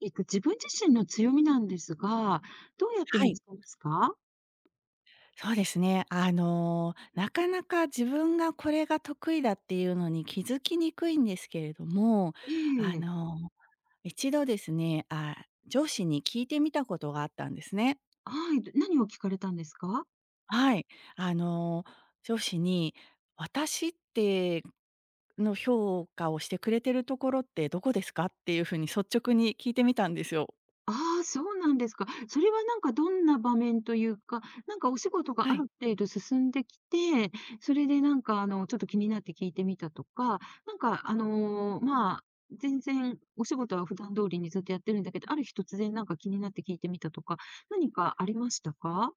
自分自身の強みなんですが、どうやっては見い。つけますか？そうですね。なかなか自分がこれが得意だっていうのに気づきにくいんですけれども、えあえ。の、一度ですね、あ、上司に聞いてみたことがあったんですね。はい、何を聞かれたんですか？はい。あの、上司に「私って、の評価をしてくれてるところってどこですか？」っていうふうに率直に聞いてみたんですよ。ああ、そうなんですか。それはなんかどんな場面というか、なんかお仕事がはあるい。程度進んできて、それでなんかちょっと気になって聞いてみたとか、なんかまあ、全然お仕事は普段通りにずっとやってるんだけど、ある日突然なんか気になって聞いてみたとか、何かありましたか？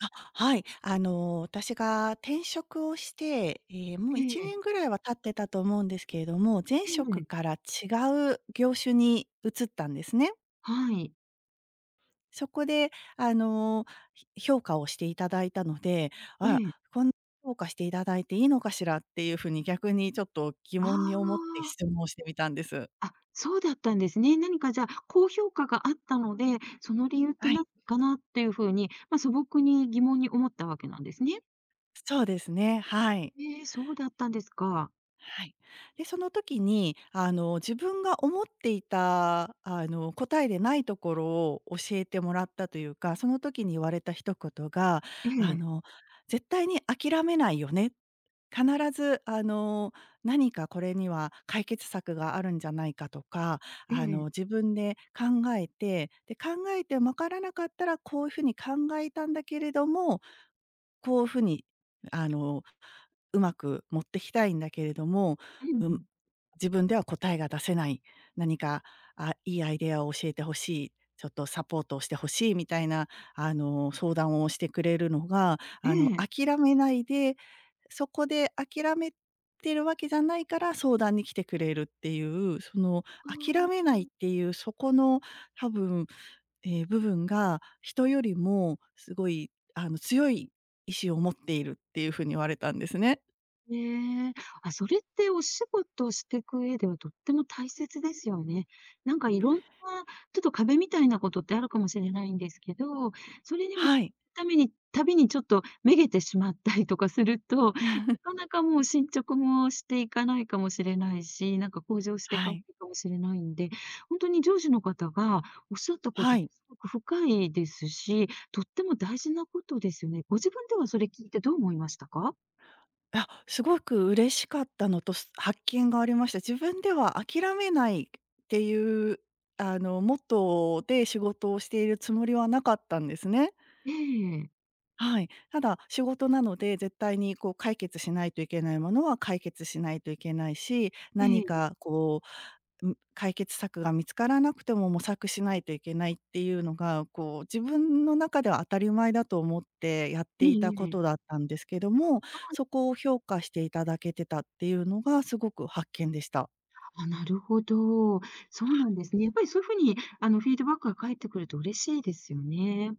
あ、はい。私が転職をして、ええ、もうえ1え、年ぐらいは経ってたと思うんですけれども、前え職え、から違う業種に移ったんですね。はい、そこで、あの、評価をしていただいたので、あら、ええ。こんな評価していただいていいのかしらっていうふうに逆にちょっと疑あ問に思ってあ。質問をしてみたんです。あ、そうだったんですね。何かじゃあ、高評価があったので、その理由ってはない。かなっていうふうに、まあ、素朴に疑問に思ったわけなんですね。そうですね、はい。ええ、そうだったんですか。はい。で、その時に、自分が思っていた、答えでないところを教えてもらったというか、その時に言われた一言が、えあえ、の、絶対に諦めないよね。必ず、何かこれには解決策があるんじゃないかとか、ええ、自分で考えて、で、考えてわからなかったらこういうふうに考えたんだけれども、こういうふうに、あの、うまく持ってきたいんだけれども、うん、うん、自分では答えが出せない、何か、あ、いいアイデアを教えてほしい、ちょっとサポートをしてほしいみたいな、相談をしてくれるのが、ええ、諦めないでそこで諦めてるわけじゃないから相談に来てくれるっていう、そのあ諦めあ。ないっていうそこの多分、部分が人よりもすごい強い意志を持っているっていう風に言われたんですね。ねえ。あ、それってお仕事していく上ではとっても大切ですよね。なんかいろんな、ちょっと壁みたいなことってあるかもしれないんですけど、それにぶつはかい。るたびにちょっとめげてしまったりとかすると、な かなかもう進捗もしていかないかもしれないし、なんか向上していはかない。いかもしれないんで、本当に上司の方がおっしゃったこはと、い。すごく深いですし、とっても大事なことですよね。ご自分ではそれ聞いてどう思いましたか？あ、すごく嬉しかったのと、発見がありました。自分では諦めないっていうモットーで仕事をしているつもりはなかったんですね。ええ。はい。ただ、仕事なので、絶対にこう解決しないといけないものは解決しないといけないし、え何え、かこう、ん、解決策が見つからなくても模索しないといけないっていうのが、こう自分の中では当たり前だと思ってやってえいたこえええ。とだったんですけども、そこを評価していただけてたっていうのがすごく発見でした。あ、なるほど。そうなんですね。やっぱりそういうふうに、フィードバックが返ってくると嬉しいですよね。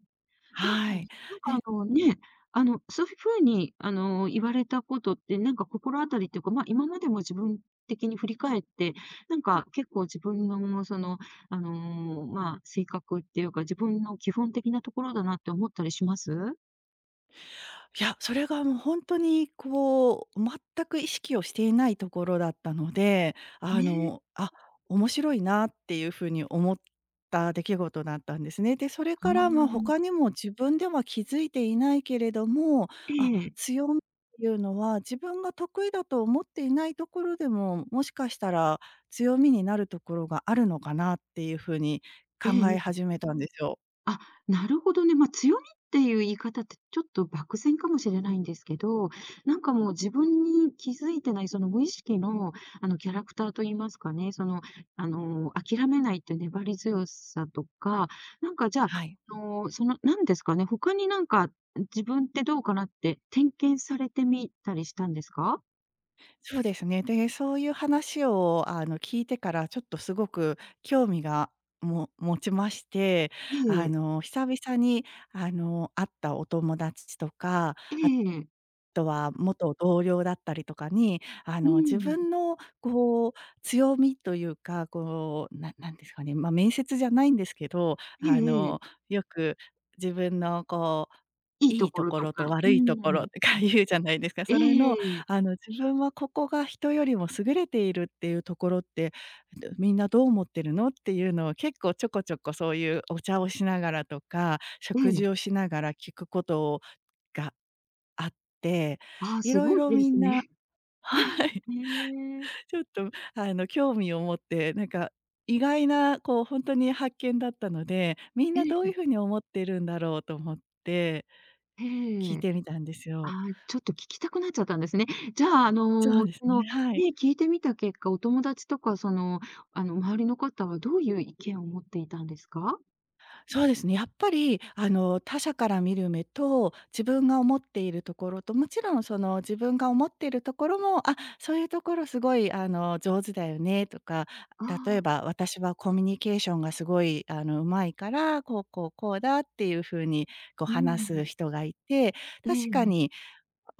ではも、い。なんか、ね、そういうふうに、言われたことって、なんか心当たりっていうか、まあ、今までも自分的に振り返って、なんか結構自分のその、まあ、性格っていうか、自分の基本的なところだなって思ったりします？いや、それがもう本当にこう、全く意識をしていないところだったので、ね、あ、面白いなっていうふうに思った出来事だったんですね。で、それあかあ、らまあ、他にも自分では気づいていないけれども、えあ、え、強みっていうのは自分が得意だと思っていないところでも、もしかしたら強みになるところがあるのかなっていうふうに考えええ始めたんですよ。あ、なるほどね。まあ、強みっていう言い方ってちょっと漠然かもしれないんですけど、なんかもう自分に気づいてないその無意識の、キャラクターと言いますかね、その、諦めないっていう粘り強さとか、なんかじゃはあ、い。その、なんですかね、他になんか、自分ってどうかなって点検されてみたりしたんですか？そうですね。で、そういう話を聞いてから、ちょっとすごく興味が持ちまして、ええ、久々に会ったお友達とか、えあえ、とは元同僚だったりとかに、う自ん、分のこう、強みというか、こう、なんですかね、まあ、面接じゃないんですけど、ええええ、よく自分のこう、いいいといことろことろとか、う悪いところん、とか言うじゃないですか。えそれのえ、自分はここが人よりも優れているっていうところって、みんなどう思ってるのっていうのを結構ちょこちょこそういうお茶をしながらとか、え食え、事をしながら聞くことがあって、ああ、いすろいごいろでみすんな ね。はい、ねえ。ちょっと興味を持って、なんか意外なこう本当に発見だったので、みんなえどういうえふうに思ってるんだろうと思ってえ聞いえ。てみたんですよ。ああ、ちょっと聞きたくなっちゃったんですね。じゃあ、そうですその、ね、はね、い。聞いてみた結果、お友達とか、その、周りの方はどういう意見を持っていたんですか？そうですね、やっぱり他者から見る目と、自分が思っているところと、もちろんその自分が思っているところも、あ、そういうところすごい上手だよねとか、あ例えあ、ば私はコミュニケーションがすごいうまいから、こうこうこうだっていう風にこうう話すん。人がいて、え確かええに、え。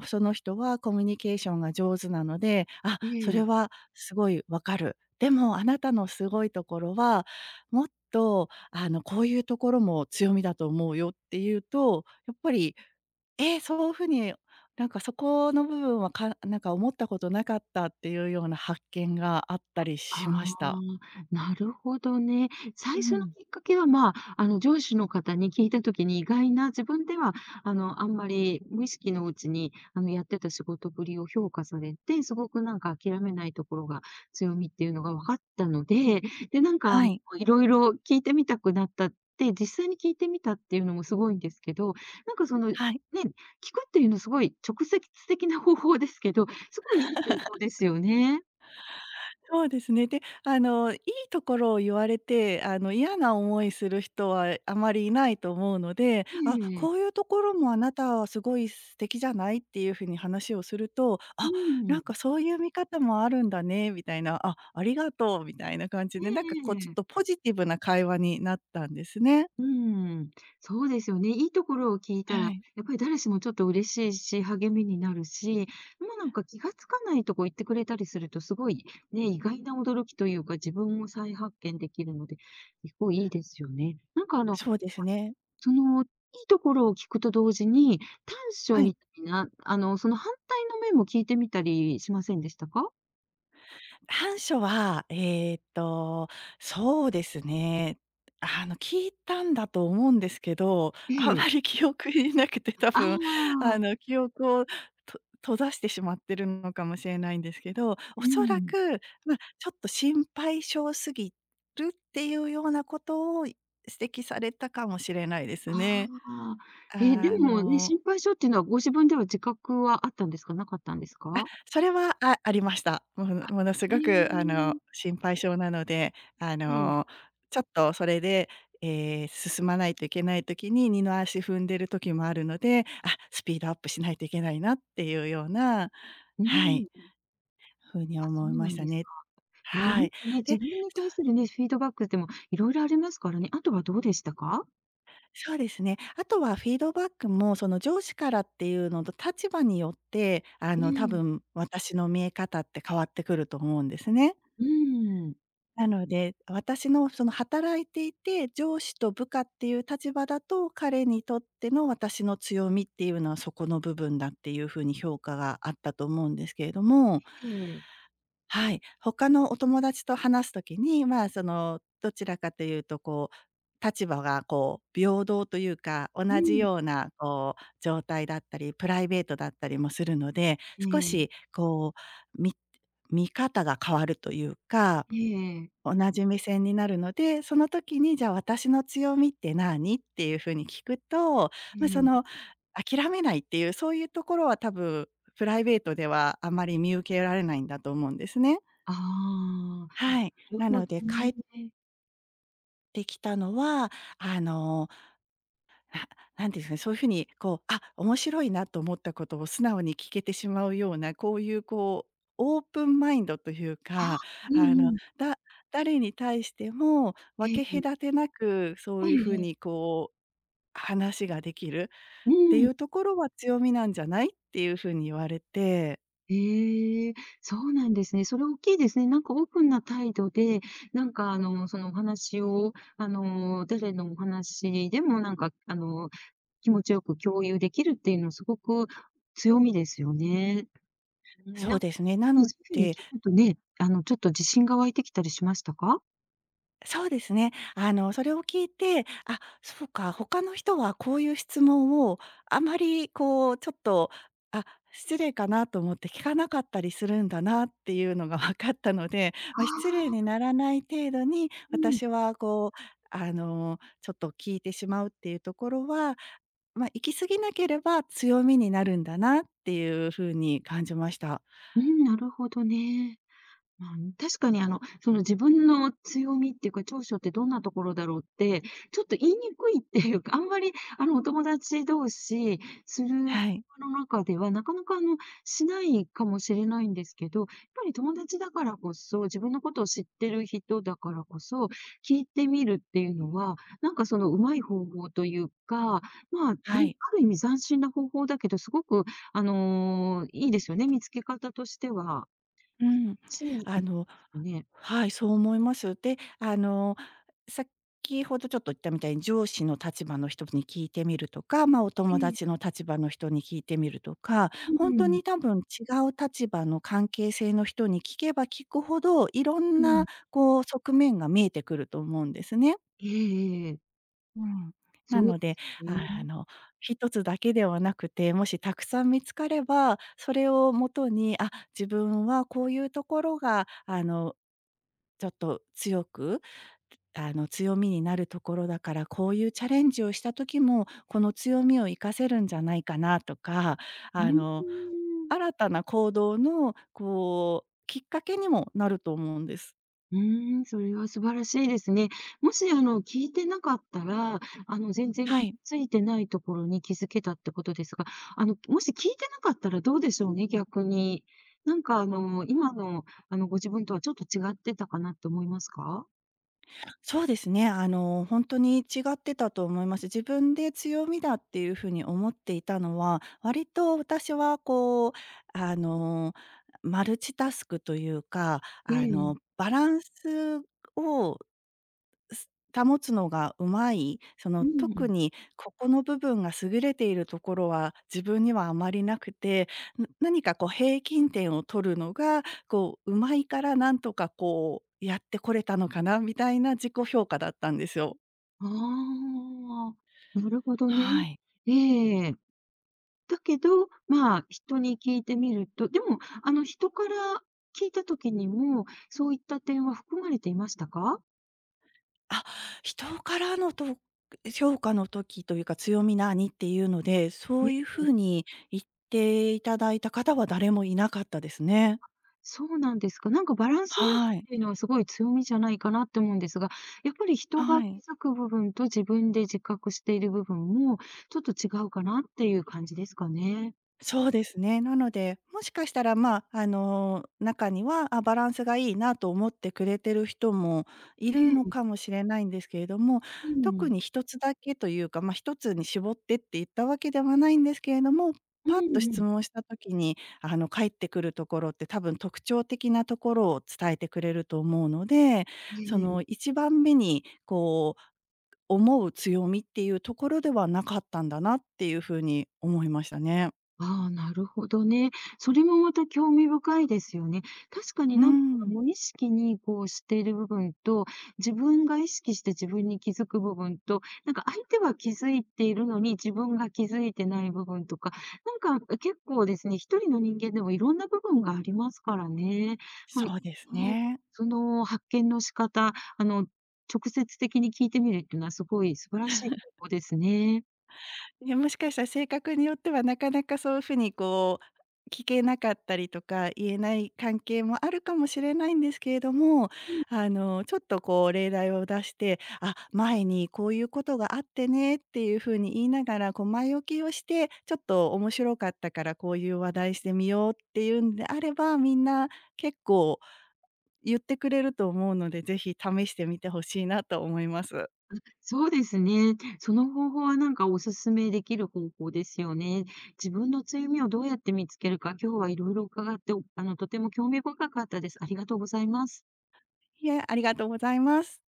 その人はコミュニケーションが上手なので、あ、それえ。はすごいわかる。でもあなたのすごいところは、もっとこういうところも強みだと思うよっていうと、やっぱり、そういうふうに、なんかそこの部分は、なんか思ったことなかったっていうような発見があったりあしました。あ、なるほどね。最う初のん。きっかけは、まあ、上司の方に聞いたときに、意外な自分では、あんまり無意識のうちに、やってた仕事ぶりを評価されて、すごくなんか諦めないところが強みっていうのが分かったので、で、なんか、はい。いろいろ聞いてみたくなったって、実際に聞いてみたっていうのもすごいんですけど、なんかその、ね、はい。聞くっていうのすごい直接的な方法ですけど、すごいいい方法ですよね。そうですね。で、いいところを言われて、嫌な思いする人はあまりいないと思うので、「あ、ええ。こういうところもあなたはすごい素敵じゃない？」っていう風に話をすると、う「あ、なん。んかそういう見方もあるんだね」みたいな、「あ、ありがとう」みたいな感じえで、なんかこうちょっえとポジティブな会話になったんですね。うん、そうですよね。いいところを聞いたら、やはい。っぱり誰しもちょっと嬉しいし、励みになるし、もうなんか気がつかないとこ行ってくれたりすると、すごいね、意外な驚きというか、自分を再発見できるので、結構いいですよね。なんかそうですね。その、いいところを聞くと同時に、短所はい。みたいな、その反対の面も聞いてみたりしませんでしたか？短所は、そうですね。聞いたんだと思うんですけど、えあんまえ。り記憶になくて、多あ分、あ、記憶を閉ざしてしまってるのかもしれないんですけど、おうそらん。く、ま、ちょっと心配性すぎるっていうようなことを指摘されたかもしれないですね。ああ、え、であもね、の心配性っていうのはご自分では自覚はあったんですか？なかったんですか？それは、ありました。ものすへごくえ、心配性なので、あええ、の、ちょっとそれで、進まないといけない時に、二の足踏んでる時もあるので、あ、スピードアップしないといけないなっていうような、うはん。い、風にあ、そ思いうまなしんたですか。ね。へえ、なんかはい。ね、自で、分に対するね、フィードバックでもいろいろありますからね。あとはどうでしたか？そうですね。あとはフィードバックも、その上司からっていうのと立場によって、え多え、分私の見え方って変わってくると思うんですね。うん。なので、私のその働いていて、上司と部下っていう立場だと、彼にとっての私の強みっていうのはそこの部分だっていうふうに評価があったと思うんですけれども、ええ、はい、他のお友達と話すときに、まあ、その、どちらかというとこう、立場がこう平等というか、同うじん。ようなこう状態だったり、プライベートだったりもするので、え少え、しこう、見方が変わるというか、ええ、同じ目線になるので、その時にじゃあ私の強みって何っていう風に聞くと、えまあ、そえ。の諦めないっていう、そういうところは多分プライベートではあまり見受けられないんだと思うんですね。ああ、なはい。るなほのどで帰ね。ってきたのは、あの、なんていうんですかね、そういうふうにこう、あ、面白いなと思ったことを素直に聞けてしまうような、こういうこう、オープンマインドというあ、か、うあの、んうん。だ誰に対してもえ分え、け隔てなく、そえういうふうにえ。こう、話ができるうっていん。うところは強みなんじゃないっていうふうに言われて、ええ、そうなんですね。それ大きいですね。なんかオープンな態度で、なんかそのお話を、誰のお話でもなんか、気持ちよく共有できるっていうのすごく強みですよね。うん、そなうんかですね、なねのそういう風にで聞くとね、ちょっと自信が湧いてきたりしましたか？そうですね。それを聞いて、あ、そうか、他の人はこういう質問をあまりこうちょっと、あ、失礼かなと思って聞かなかったりするんだなっていうのが 分かったので、あまあ、失礼にあならない程度に、ー、うん、私はちょっと聞いてしまうっていうところは、まあ、行き過ぎなければ強みになるんだなっていうふうに感じました。うん、なるほどね。まあ、確かにその自分の強みっていうか、長所ってどんなところだろうって、ちょっと言いにくいっていうか、あんまりあのお友達同士するはい。の中では、なかなかしないかもしれないんですけど、やっぱり友達だからこそ、自分のことを知ってる人だからこそ、聞いてみるっていうのは、なんかそのうまい方法というか、まあ、はね、い。ある意味斬新な方法だけど、すごく、いいですよね、見つけ方としては。うん。しいんであのすね。はい、そう思います。で、先ほどちょっと言ったみたいに、上司の立場の人に聞いてみるとか、まあ、おえ友達え、の立場の人に聞いてみるとか、うほんとん、に多分違う立場の関係性の人に聞けば聞くほど、いろんうなん。こう側面が見えてくると思うんですね。ええええええ、うん。そなうでので、すああね。の、一つだけではなくて、もしたくさん見つかれば、それをもとに、あ、自分はこういうところが、ちょっと強く、強みになるところだから、こういうチャレンジをした時も、この強みを活かせるんじゃないかなとか、うーあの、ん。新たな行動のこう、きっかけにもなると思うんです。うーん、それは素晴らしいですね。もし、聞いてなかったら、全然は気い。付いてないところに気づけたってことですが、もし聞いてなかったらどうでしょうね、逆に。なんか、今の、ご自分とはちょっと違ってたかなって思いますか？そうですね。あの、本当に違ってたと思います。自分で強みだっていうふうに思っていたのは、割と私はあの、マルチタスクというか、ええ、バランスを保つのがうまい、そうの特ん。にここの部分が優れているところは自分にはあまりなくて、何かこう平均点を取るのが、こう、うまいからなんとかこうやってこれたのかなみたいな自己評価だったんですよ。ああ、なるほどね。はい。ええ。だけど、まあ、人に聞いてみると、でも、人から聞いた時にも、そういった点は含まれていましたか？あ、人からのと評価の時というか強み何っていうので、そういうえ、風に言っていただいた方は誰もいなかったですね。そうなんですか。なんかバランス力っはい。ていうのはすごい強みじゃないかなって思うんですが、やっぱり人はが気い。づく部分と自分で自覚している部分も、ちょっと違うかなっていう感じですかね。そうですね。なので、もしかしたら、まあ、あの、中には、あ、バランスがいいなと思ってくれてる人もいえるのえ、かもしれないんですけれども、う特ん。に一つだけというか、まあ、一つに絞ってって言ったわけではないんですけれども、うパッとんう質ん。問した時に、返ってくるところって多分特徴的なところを伝えてくれると思うので、えそのえ。一番目に、こう、思う強みっていうところではなかったんだなっていうふうに思いましたね。ああ、なるほどね。それもまた興味深いですよね。確かにうなんかん。無意識にこうしている部分と、自分が意識して自分に気づく部分と、なんか相手は気づいているのに自分が気づいてない部分とか、なんか結構ですね、一人の人間でもいろんな部分がありますからね。まあ、ね、そうですね。その発見の仕方、直接的に聞いてみるっていうのはすごい素晴らしい方法ですね。ね、もしかしたら性格によってはなかなかそういうふうにこう、聞けなかったりとか、言えない関係もあるかもしれないんですけれども、ちょっとこう例題を出して、あ、前にこういうことがあってねっていうふうに言いながら、こう前置きをして、ちょっと面白かったからこういう話題してみようっていうんであれば、みんな結構言ってくれると思うので、ぜひ試してみてほしいなと思います。そうですね。その方法はなんかお勧めできる方法ですよね。自分の強みをどうやって見つけるか、今日はいろいろ伺って、おあの、とても興味深かったです。ありがとうございます。いえ、ありがとうございます。